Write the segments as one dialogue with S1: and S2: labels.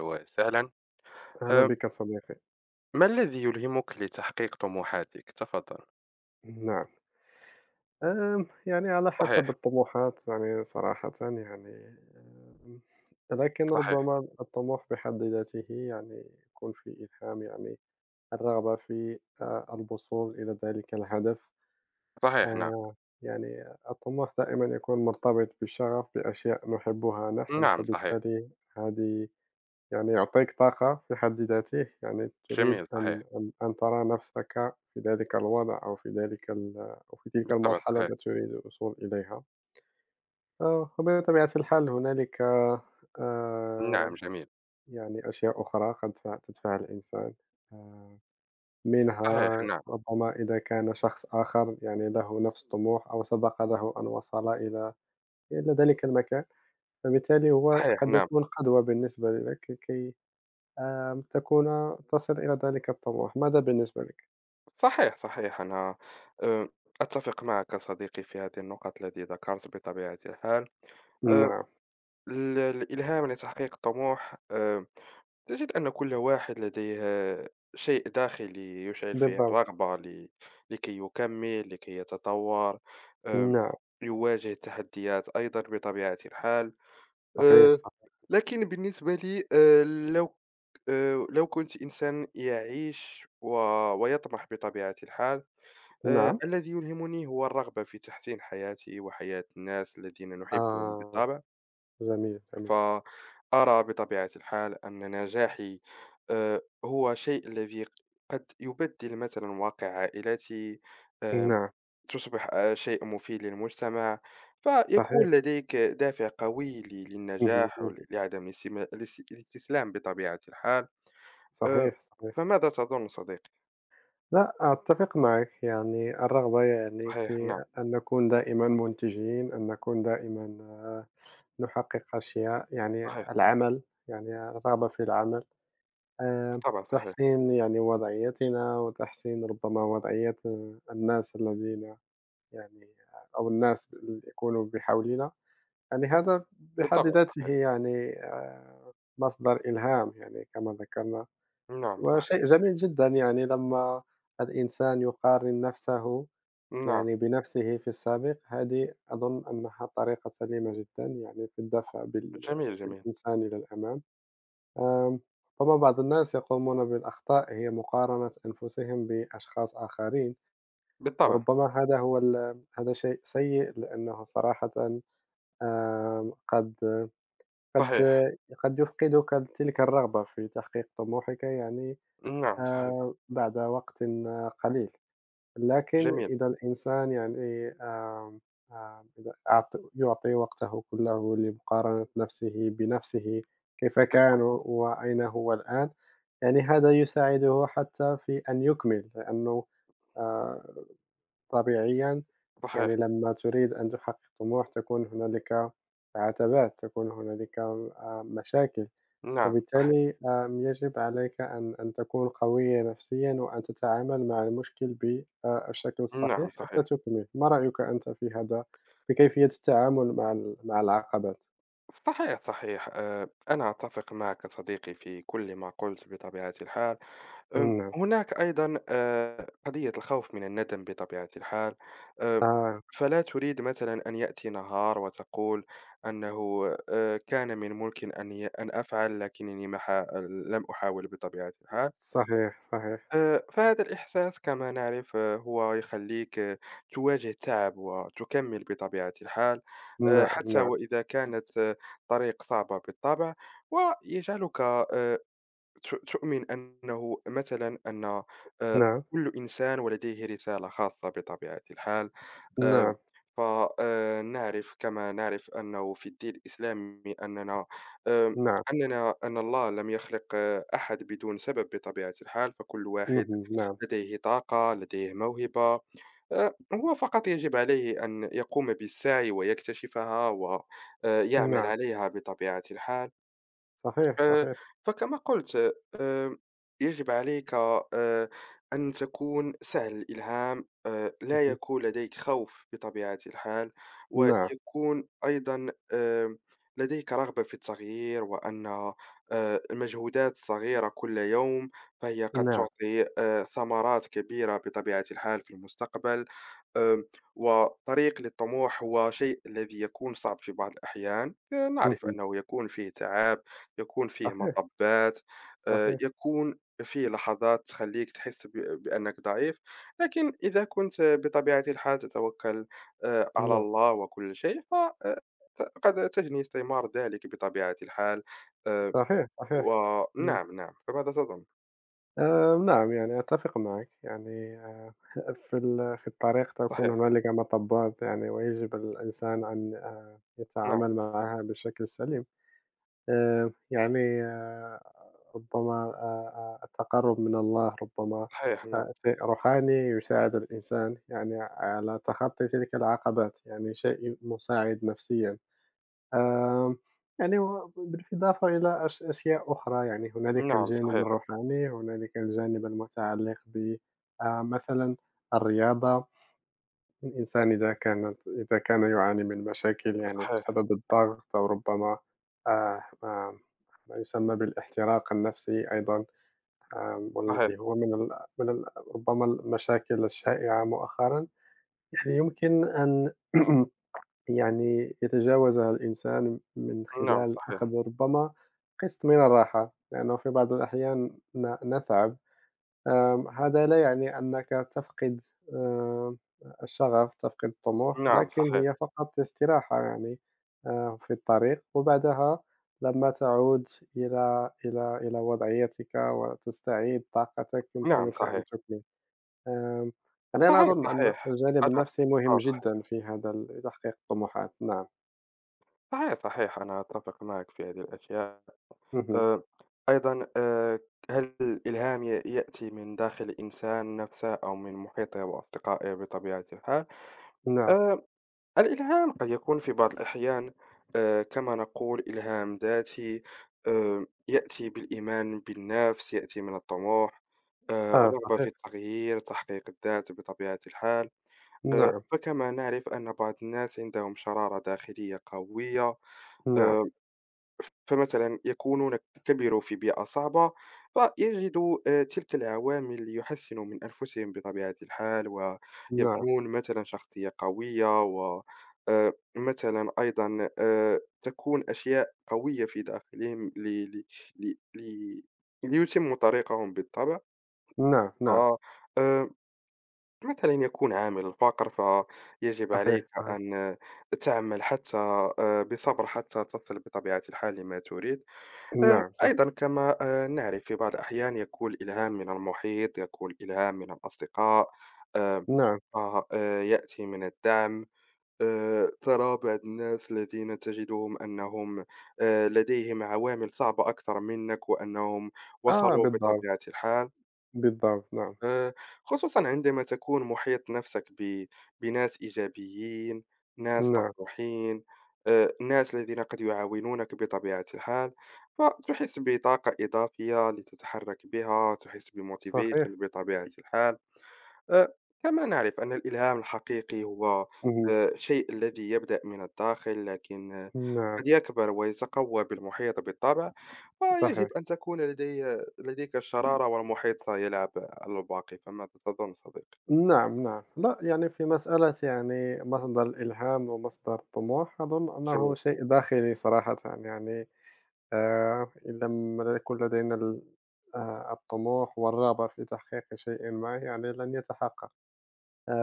S1: وسهلا.
S2: أهلا
S1: آه،
S2: بك صديقي.
S1: ما الذي يلهمك لتحقيق طموحاتك؟ تفضل.
S2: نعم. يعني على حسب
S1: صحيح.
S2: الطموحات يعني صراحةً يعني آمم، لكن
S1: صحيح.
S2: ربما الطموح بحد ذاته يعني يكون فيه إلهام يعني الرغبة في الوصول إلى ذلك الهدف
S1: صحيح. نعم.
S2: آآ، يعني الطموح دائمًا يكون مرتبط بالشغف بأشياء نحبها نحن،
S1: نعم. صحيح.
S2: فبالتالي هذه يعني يعطيك طاقة في حد ذاته، يعني تريد
S1: جميل. صحيح.
S2: أن ترى نفسك في ذلك الوضع أو في تلك
S1: بالطبع.
S2: المرحلة
S1: صحيح.
S2: التي تريد الوصول إليها. وبطبيعة الحال هنالك آآ
S1: نعم. جميل.
S2: يعني أشياء أخرى قد تدفع الإنسان آآ
S1: صحيح.
S2: منها
S1: نعم.
S2: ربما إذا كان شخص آخر يعني له نفس الطموح أو سبق له أن وصل إلى ذلك المكان، فبالتالي هو
S1: صحيح.
S2: قد
S1: نعم.
S2: يكون قدوة بالنسبة لك ككي تكون تصل إلى ذلك الطموح، ماذا بالنسبة لِك؟
S1: صحيح. صحيح. أنا آه، أتفق معك صديقي في هذه النقط التي ذكرت بطبيعة الحال. آه،
S2: نعم،
S1: الإلهام لتحقيق الطموح، تجد أن كل واحد لديه شيء داخلي يشعل فيه
S2: بالضبط،
S1: الرغبة لكي يكمل، لكي يتطور. أم،
S2: نعم،
S1: يواجه التحديات أيضا بطبيعة الحال.
S2: صحيح،
S1: أه،
S2: صح
S1: لكن بالنسبة لي، لو لو كنت إنسان يعيش ويطمح بطبيعة الحال،
S2: نعم،
S1: الذي يلهمني هو الرغبة في تحسين حياتي وحياة الناس الذين نحبهم
S2: آه،
S1: بالطبع.
S2: جميل، جميل،
S1: فأرى بطبيعة الحال أن نجاحي هو شيء الذي قد يبدل مثلا واقع عائلتي. آه،
S2: نعم،
S1: تصبح شيء مفيد للمجتمع، فيكون
S2: صحيح،
S1: لديك دافع قوي
S2: اهم،
S1: للنجاح
S2: اهم،
S1: ولعدم الاستسلام بطبيعة الحال. آه،
S2: صحيح، صحيح،
S1: فماذا تظن صديقي؟
S2: لأ، أتفق معك، يعني الرغبة يعني
S1: صحيح. نعم.
S2: في أن نكون دائمًا منتجين، أن نكون دائمًا نحقق أشياء،
S1: صحيح.
S2: يعني العمل، يعني الرغبة في العمل، آآ،
S1: بالطبع. صحيح.
S2: تحسين يعني وضعيتنا وتحسين ربما وضعية الناس الذين يعني أو الناس اللي يكونوا بحولنا، يعني هذا بحد
S1: بالطبع.
S2: ذاته
S1: صحيح.
S2: يعني مصدر إلهام يعني كما ذكرنا،
S1: نعم. صحيح.
S2: وشيء جميل جدًا يعني لمّا الإنسان يقارن نفسه
S1: نعم.
S2: يعني بنفسه في السابق، هذه أظن أنها طريقة سليمة جدًا يعني في الدفع
S1: جميل. جميل.
S2: بالإنسان إلى الأمام. آمم، ربما بعض الناس يقومون بالأخطاء هي مقارنة أنفسهم بأشخاص آخرين.
S1: بالطبع.
S2: ربما هذا هو ال هذا شيء سيء لأنه صراحةً آمم قد قد
S1: صحيح.
S2: قد يفقدك تلك الرغبة في تحقيق طموحك يعني
S1: نعم. صحيح.
S2: بعد وقت قليل، لكن
S1: جميل.
S2: إذا الإنسان يعني آمم، آمم إذا يعطي وقته كله لمقارنة نفسه بنفسه كيف كان
S1: بالطبع.
S2: وأين هو الآن، يعني هذا يساعده حتى في أن يكمل لأنه آآ طبيعيًا يعني
S1: صحيح.
S2: لمّا تريد أن تحقق طموح تكون هنالك عتبات، تكون هنالك مشاكل،
S1: نعم. صحيح.
S2: فبالتالي يجب عليك أن تكون قوية نفسيًا وأن تتعامل مع المشكل ب الشكل
S1: نعم.
S2: الصحيح حتى
S1: صحيح.
S2: تكمل، ما رأيك أنت في هذا في كيفية التعامل مع العقبات؟
S1: صحيح. صحيح. أنا أتفق معك صديقي في كل ما قلت بطبيعة الحال.
S2: نعم،
S1: هناك أيضا قضية الخوف من الندم بطبيعة الحال. آه،
S2: آه،
S1: فلا تريد مثلا أن يأتي نهار وتقول أنه كان من ممكن أن أفعل، لكنني ما حا- لم أحاول بطبيعة الحال.
S2: صحيح، صحيح،
S1: فهذا الإحساس كما نعرف هو يخلّيك تواجه التعب وتكمّل بطبيعة الحال.
S2: نعم،
S1: حتى
S2: نعم،
S1: وإذا كانت طريق صعبة بالطبع، ويجعلك تؤمن أنه مثلًا أن آآ،
S2: نعم،
S1: كل إنسان ولديه رسالة خاصة بطبيعة الحال. آمم،
S2: نعم،
S1: ف نعرف كما نعرف أنه في الدين الإسلامي أننا، آمم،
S2: نعم،
S1: أن الله لم يخلق أحد بدون سبب بطبيعة الحال. فكل واحد
S2: اهم، نعم،
S1: لديه طاقة، لديه موهبة. هو فقط يجب عليه أن يقوم بالسعي ويكتشفها و يعمل
S2: نعم،
S1: عليها بطبيعة الحال.
S2: صحيح،
S1: آآ،
S2: صحيح،
S1: فكما قُلت، آآ، يجب عليك أن تكون سهل الإلهام، لا
S2: اهم،
S1: يكون لديك خوف بطبيعة الحال،
S2: نعم،
S1: ويكون أيضًا لديك رغبة في التغيير. وأن المجهودات الصغيرة كل يوم فهي قد
S2: نعم.
S1: تعطي ثمرات كبيرة بطبيعة الحال في المستقبل. آآ، وطريق للطموح هو شيء الذي يكون صعب في بعض الأحيان. نعرف
S2: اهم.
S1: أنه يكون فيه تعب، يكون فيه
S2: صحيح،
S1: مطبات.
S2: صحيح.
S1: يكون فيه لحظات تخلّيك تحس بأنك ضعيف. لكن إذا كنت بطبيعة الحال تتوكّل على
S2: نعم.
S1: الله وكل شيء، ف ت قد تجني ثمار ذلك بطبيعة الحال. آآ
S2: صحيح، صحيح.
S1: ونعم.
S2: إمم.
S1: نعم، نعم. فماذا تظن؟
S2: نعم، يعني أتفق معك. يعني في ال في الطريق تكون
S1: صحيح.
S2: هنالك مطبات يعني ويجب الإنسان أن
S1: نعم.
S2: يتعامل معها بشكل سليم. يعني ربما التقرُّب من الله ربما
S1: صحيح. نعم.
S2: شيء روحاني يساعد الإنسان يعني على تخطي تلك العقبات، يعني شيء مساعد نفسيًا. آمم، يعني هو بالإضافة إلى أشياء أخرى، يعني هنالك
S1: نعم.
S2: الجانب
S1: صحيح.
S2: الروحاني، هنالك الجانب المتعلّق ب مثلًا الرياضة، الإنسان إذا كان يعاني من مشاكل يعني
S1: صحيح.
S2: بسبب الضغط أو ربما آآ، آآ، ما يسمى بالاحتراق النفسي أيضًا،
S1: صحيح.
S2: والذي هو من ال من ال ربما المشاكل الشائعة مؤخرًا، يعني يمكن أن يعني يتجاوزها الإنسان من
S1: نعم.
S2: خلال
S1: صحيح.
S2: أخذ ربما قسط من الراحة، لأنه في بعض الأحيان نتعب، هذا لا يعني أنك تفقد آآ الشغف، تفقد الطموح،
S1: نعم.
S2: لكن
S1: صحيح.
S2: هي فقط استراحة يعني في الطريق، وبعدها لما تعود إلى وضعيتك وتستعيد طاقتك
S1: نعم.
S2: يمكنك أن
S1: صحيح.
S2: تكمل، آمم، يعني أنا
S1: صحيح.
S2: أظن أن
S1: صحيح.
S2: الجانب
S1: أنا،
S2: النفسي مهم جدًا
S1: صحيح،
S2: في هذا تحقيق الطموحات، نعم.
S1: صحيح، صحيح، أنا أتفق معك في هذه الأشياء.
S2: اهم،
S1: آآ أيضًا، هل الإلهام يأتي من داخل الإنسان نفسه أو من محيطه وأصدقائه بطبيعة الحال؟
S2: نعم،
S1: آآ الإلهام قد يكون في بعض الأحيان كما نقول إلهام ذاتي. يأتي بالإيمان بالنفس، يأتي من الطموح،
S2: آه
S1: الرغبة في
S2: صحيح،
S1: التغيير، تحقيق الذات بطبيعة الحال.
S2: نعم،
S1: فكما نعرف أن بعض الناس عندهم شرارة داخلية قوية.
S2: نعم،
S1: آآ فمثلا يكونون كبروا في بيئة صعبة فيجدوا تلك العوامل ليحسنوا من أنفسهم بطبيعة الحال
S2: نعم،
S1: ويبنون مثلا شخصية قوية، و مثلا أيضا، تكون أشياء قوية في داخلهم لي لي لي لي ليتموا طريقهم بالطبع.
S2: نعم،
S1: ف
S2: نعم،
S1: آه، مثلا يكون عامل الفقر، فيجب
S2: صحيح،
S1: عليك
S2: صحيح،
S1: أن تعمل حتى بصبر حتى تصل بطبيعة الحال لما تريد.
S2: نعم،
S1: أيضًا
S2: صحيح،
S1: كما نعرف في بعض الأحيان يكون الإلهام من المحيط، يكون الإلهام من الأصدقاء. آآ
S2: نعم،
S1: يأتي من الدعم. ترى بعض الناس الذين تجدهم أنهم لديهم عوامل صعبة أكثر منك وأنهم
S2: آه
S1: وصلوا
S2: بالضبط،
S1: بطبيعة الحال.
S2: بالضبط، نعم،
S1: آآ، خصوصًا عندما تكون مُحيط نفسك بناس إيجابيين، ناس
S2: نعم،
S1: طموحين، ناس الذين قد يعاونونك بطبيعة الحال. فتحس بطاقة إضافية لتتحرك بها، تحس بmotivation
S2: صحيح،
S1: بطبيعة الحال. آآ، كما نعرف أن الإلهام الحقيقي هو
S2: اهم،
S1: الشيء الذي يبدأ من الداخل، لكن
S2: نعم،
S1: قد يكبر ويتقوى بالمحيط بالطبع. فيجب
S2: صحيح،
S1: أن تكون لديك الشرارة والمحيط يلعب على الباقي. فماذا تظن صديقي؟
S2: نعم، نعم، لأ يعني في مسألة يعني مصدر الإلهام ومصدر الطموح أظن أنه
S1: جميل.
S2: شيء داخلي صراحةً، يعني إن لم يكن لدينا ال الطموح والرغبة في تحقيق شيء ما يعني لن يتحقق.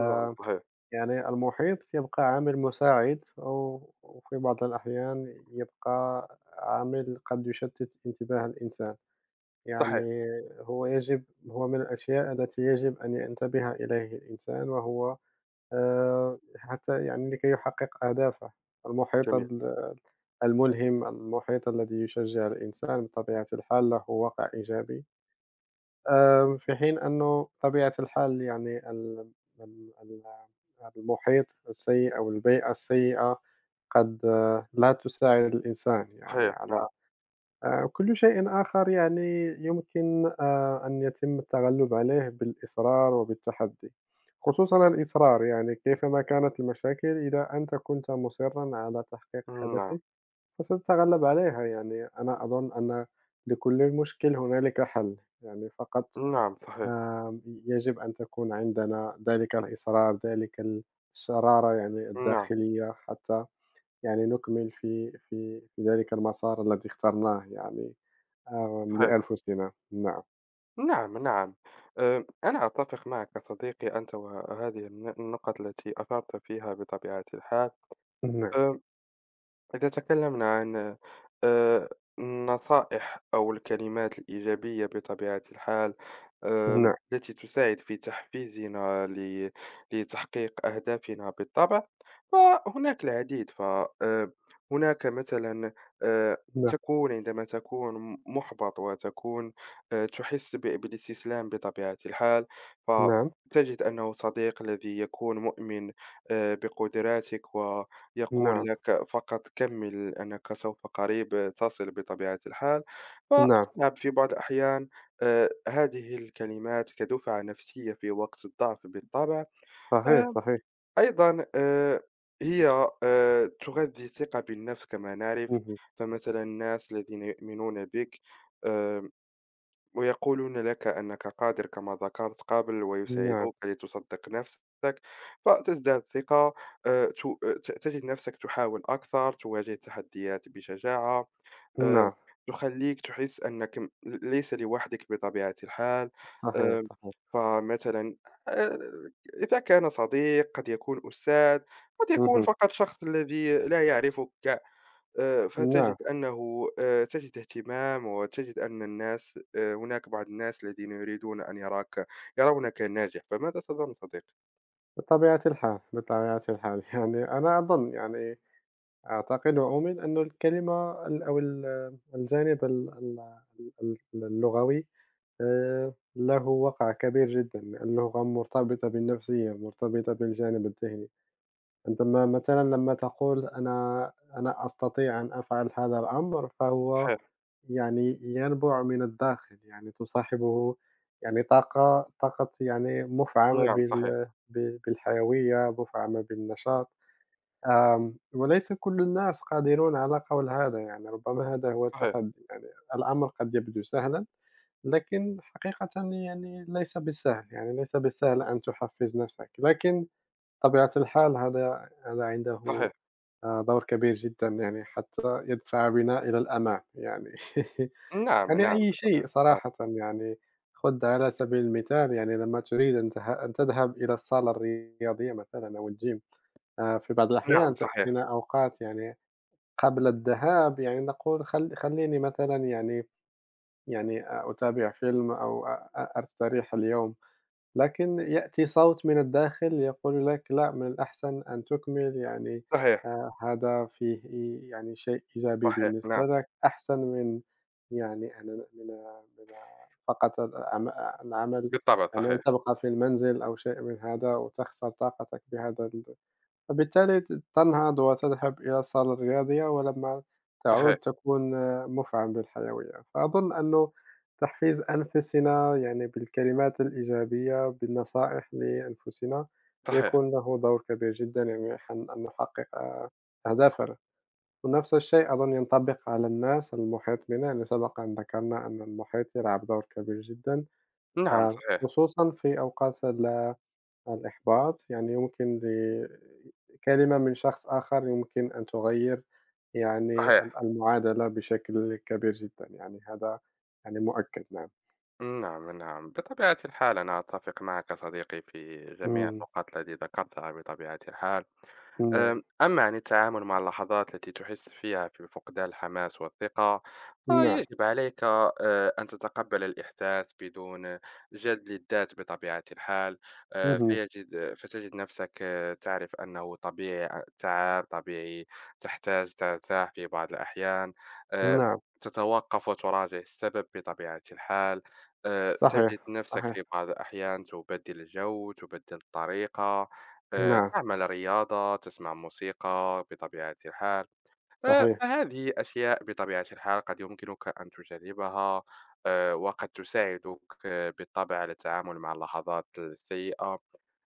S1: نعم، صحيح.
S2: يعني المحيط يبقى عامل مساعد وفي بعض الأحيان يبقى عامل قد يشتت انتباه الإنسان،
S1: صحيح.
S2: يعني هو يجب هو من الأشياء التي يجب أن ينتبه إليه الإنسان وهو حتى يعني لكي يحقق أهدافه، المحيط
S1: جميل.
S2: الملهم، المحيط الذي يشجع الإنسان بطبيعة الحال له واقع إيجابي. في حين أنه طبيعة الحال يعني ال ال ال المحيط السيء أو البيئة السيئة قد لا تساعد الإنسان يعني
S1: صحيح.
S2: على
S1: نعم.
S2: كل شيء آخر يعني يمكن أن يتم التغلب عليه بالإصرار وبالتحدي، خصوصًا الإصرار يعني كيفما كانت المشاكل إذا أنت كنت مُصرًا على تحقيق
S1: نعم.
S2: هدفك ستتغلب عليها، يعني أنا أظن أن لكل مشكل هنالك حل، يعني فقط
S1: نعم. صحيح.
S2: يجب أن تكون عندنا ذلك الإصرار، ذلك الشرارة يعني
S1: نعم.
S2: الداخلية حتى يعني نكمل في ذلك المسار الذي اخترناه يعني
S1: صحيح.
S2: لأنفسنا. نعم،
S1: نعم. نعم. أنا أتفق معك صديقي أنت وهذه النقط التي أثرت فيها بطبيعة الحال.
S2: نعم،
S1: آآ إذا تكلمنا عن آآ النصائح أو الكلمات الإيجابية بطبيعة الحال،
S2: نعم،
S1: التي تساعد في تحفيزنا لتحقيق أهدافنا بالطبع، فهناك العديد. ف آآ هناك مثلًا، آآ
S2: نعم،
S1: تكون عندما تكون مُحبَط وتكون تحس بالاستسلام بطبيعة الحال،
S2: نعم،
S1: فتجد أنه صديق الذي يكون مؤمن بقدراتك و يقول
S2: نعم،
S1: لك فقط كمل أنك سوف قريب تصل بطبيعة الحال.
S2: نعم،
S1: فتلعب في بعض الأحيان هذه الكلمات كدفعة نفسية في وقت الضعف بالطبع.
S2: صحيح،
S1: آه،
S2: صحيح.
S1: أيضا هي تغذي الثقة بالنفس كما نعرف.
S2: اهم،
S1: فمثلا الناس الذين يؤمنون بك آه، ويقولون لك أنك قادر كما ذكرت قبل
S2: نعم،
S1: ويساعدوك لتصدق نفسك، فتزداد ثقة. تجد نفسك تحاول أكثر، تواجه التحديات بشجاعة. آه،
S2: نعم،
S1: تخليك تحس أنك ليس لوحدك بطبيعة الحال.
S2: صحيح،
S1: آه،
S2: صحيح.
S1: فمثلا، آه، إذا كان صديق، قد يكون أستاذ، قد يكون
S2: اهم،
S1: فقط شخص الذي لا يعرفك،
S2: نعم،
S1: فتجد أنه تجد اهتمام، وتجد أن الناس، هناك بعض الناس الذين يريدون أن يرونك ناجح. فماذا تظن صديقي؟
S2: بطبيعة الحال، بطبيعة الحال. يعني أنا أظن يعني أعتقد وأؤمن أن الكلمة أو الجانب ال ال ال ال اللغوي له وقع كبير جدًا، لأن اللغة مرتبطة بالنفسية، مرتبطة بالجانب الذهني، أنت ما مثلًا لمّا تقول أنا أستطيع أن أفعل هذا الأمر، فهو
S1: صحيح.
S2: يعني ينبع من الداخل، يعني تصاحبه يعني طاقة يعني مفعمة
S1: نعم صحيح.
S2: بالحيوية، مفعمة بالنشاط. وليس كل الناس قادرون على قول هذا، يعني ربما هذا هو
S1: صحيح.
S2: التحدي، يعني الأمر قد يبدو سهلًا، لكن حقيقةً يعني ليس بالسهل، يعني ليس بالسهل أن تحفّز نفسك، لكن طبيعة الحال هذا عنده
S1: صحيح.
S2: دور كبير جدًا يعني حتى يدفع بنا إلى الأمام، يعني
S1: نعم.
S2: يعني
S1: نعم
S2: أي شيء
S1: بطبيعة الحال.
S2: صراحةً يعني، خُذ على سبيل المثال يعني لمّا تريد أن تذهب إلى الصالة الرياضية مثلًا أو الgym في بعض
S1: نعم
S2: الأحيان
S1: صحيح.
S2: تأتينا أوقات يعني قبل الذهاب يعني نقول خلّيني مثلًا يعني يعني أتابع فيلم أو أ أ أستريح اليوم، لكن يأتي صوت من الداخل يقول لك لأ، من الأحسن أن تكمل يعني
S1: صحيح.
S2: هذا فيه يعني شيء إيجابي
S1: صحيح. نعم.
S2: بالنسبة لك، أحسن من يعني أنا من فقط العمل
S1: بالطبع
S2: يعني أن
S1: صحيح.
S2: تبقى في المنزل أو شيء من هذا وتخسر طاقتك بهذا. فبالتالي تنهض وتذهب إلى الصالة الرياضية، ولمّا تعود
S1: صحيح.
S2: تكون مفعم بالحيوية، فأظن أنه تحفيز أنفسنا يعني بالكلمات الإيجابية، بالنصائح لأنفسنا،
S1: صحيح.
S2: يكون له دور كبير جدًا يعني عشان أن نحقق أهدافنا، ونفس الشيء أظن ينطبق على الناس المحيط بنا، يعني سبق أن ذكرنا أن المحيط يلعب دور كبير جدًا،
S1: نعم صحيح.
S2: خصوصًا في أوقات الإحباط، يعني يمكن لكلمة من شخص آخر يمكن أن تغيّر يعني
S1: صحيح.
S2: المعادلة بشكل كبير جدًا، يعني هذا يعني مؤكد نعم.
S1: نعم. نعم. بطبيعة الحال أنا أتفق معك صديقي في جميع
S2: إمم،
S1: النقاط التي ذكرتها بطبيعة الحال.
S2: نعم،
S1: أما عن التعامل مع اللحظات التي تحس فيها بفقدان الحماس والثقة،
S2: نعم،
S1: فيجب عليك أن تتقبل الإحساس بدون جلد للذات بطبيعة الحال.
S2: اهم،
S1: فتجد نفسك تعرف أنه طبيعي، التعب طبيعي، تحتاج ترتاح في بعض الأحيان. آه،
S2: نعم،
S1: تتوقف وتراجع السبب بطبيعة الحال.
S2: صحيح،
S1: تجد نفسك
S2: صحيح،
S1: في بعض الأحيان تبدل الجو، تبدل الطريقة،
S2: نعم،
S1: تعمل رياضة، تسمع موسيقى بطبيعة الحال.
S2: صحيح،
S1: فهذه أشياء بطبيعة الحال قد يمكنك أن تجربها، وقد تساعدك بالطبع على التعامل مع اللحظات السيئة.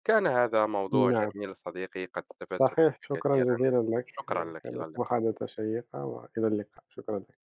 S1: كان هذا موضوع
S2: نعم،
S1: جميل صديقي، قد استفدت
S2: صحيح،
S1: منك
S2: شكرًا
S1: كثيرًا.
S2: جزيلًا لك،
S1: شكرًا
S2: يعني
S1: لك، إلى
S2: كانت
S1: اللقاء.
S2: محادثة شيقة وإلى اللقاء، شكرًا لك.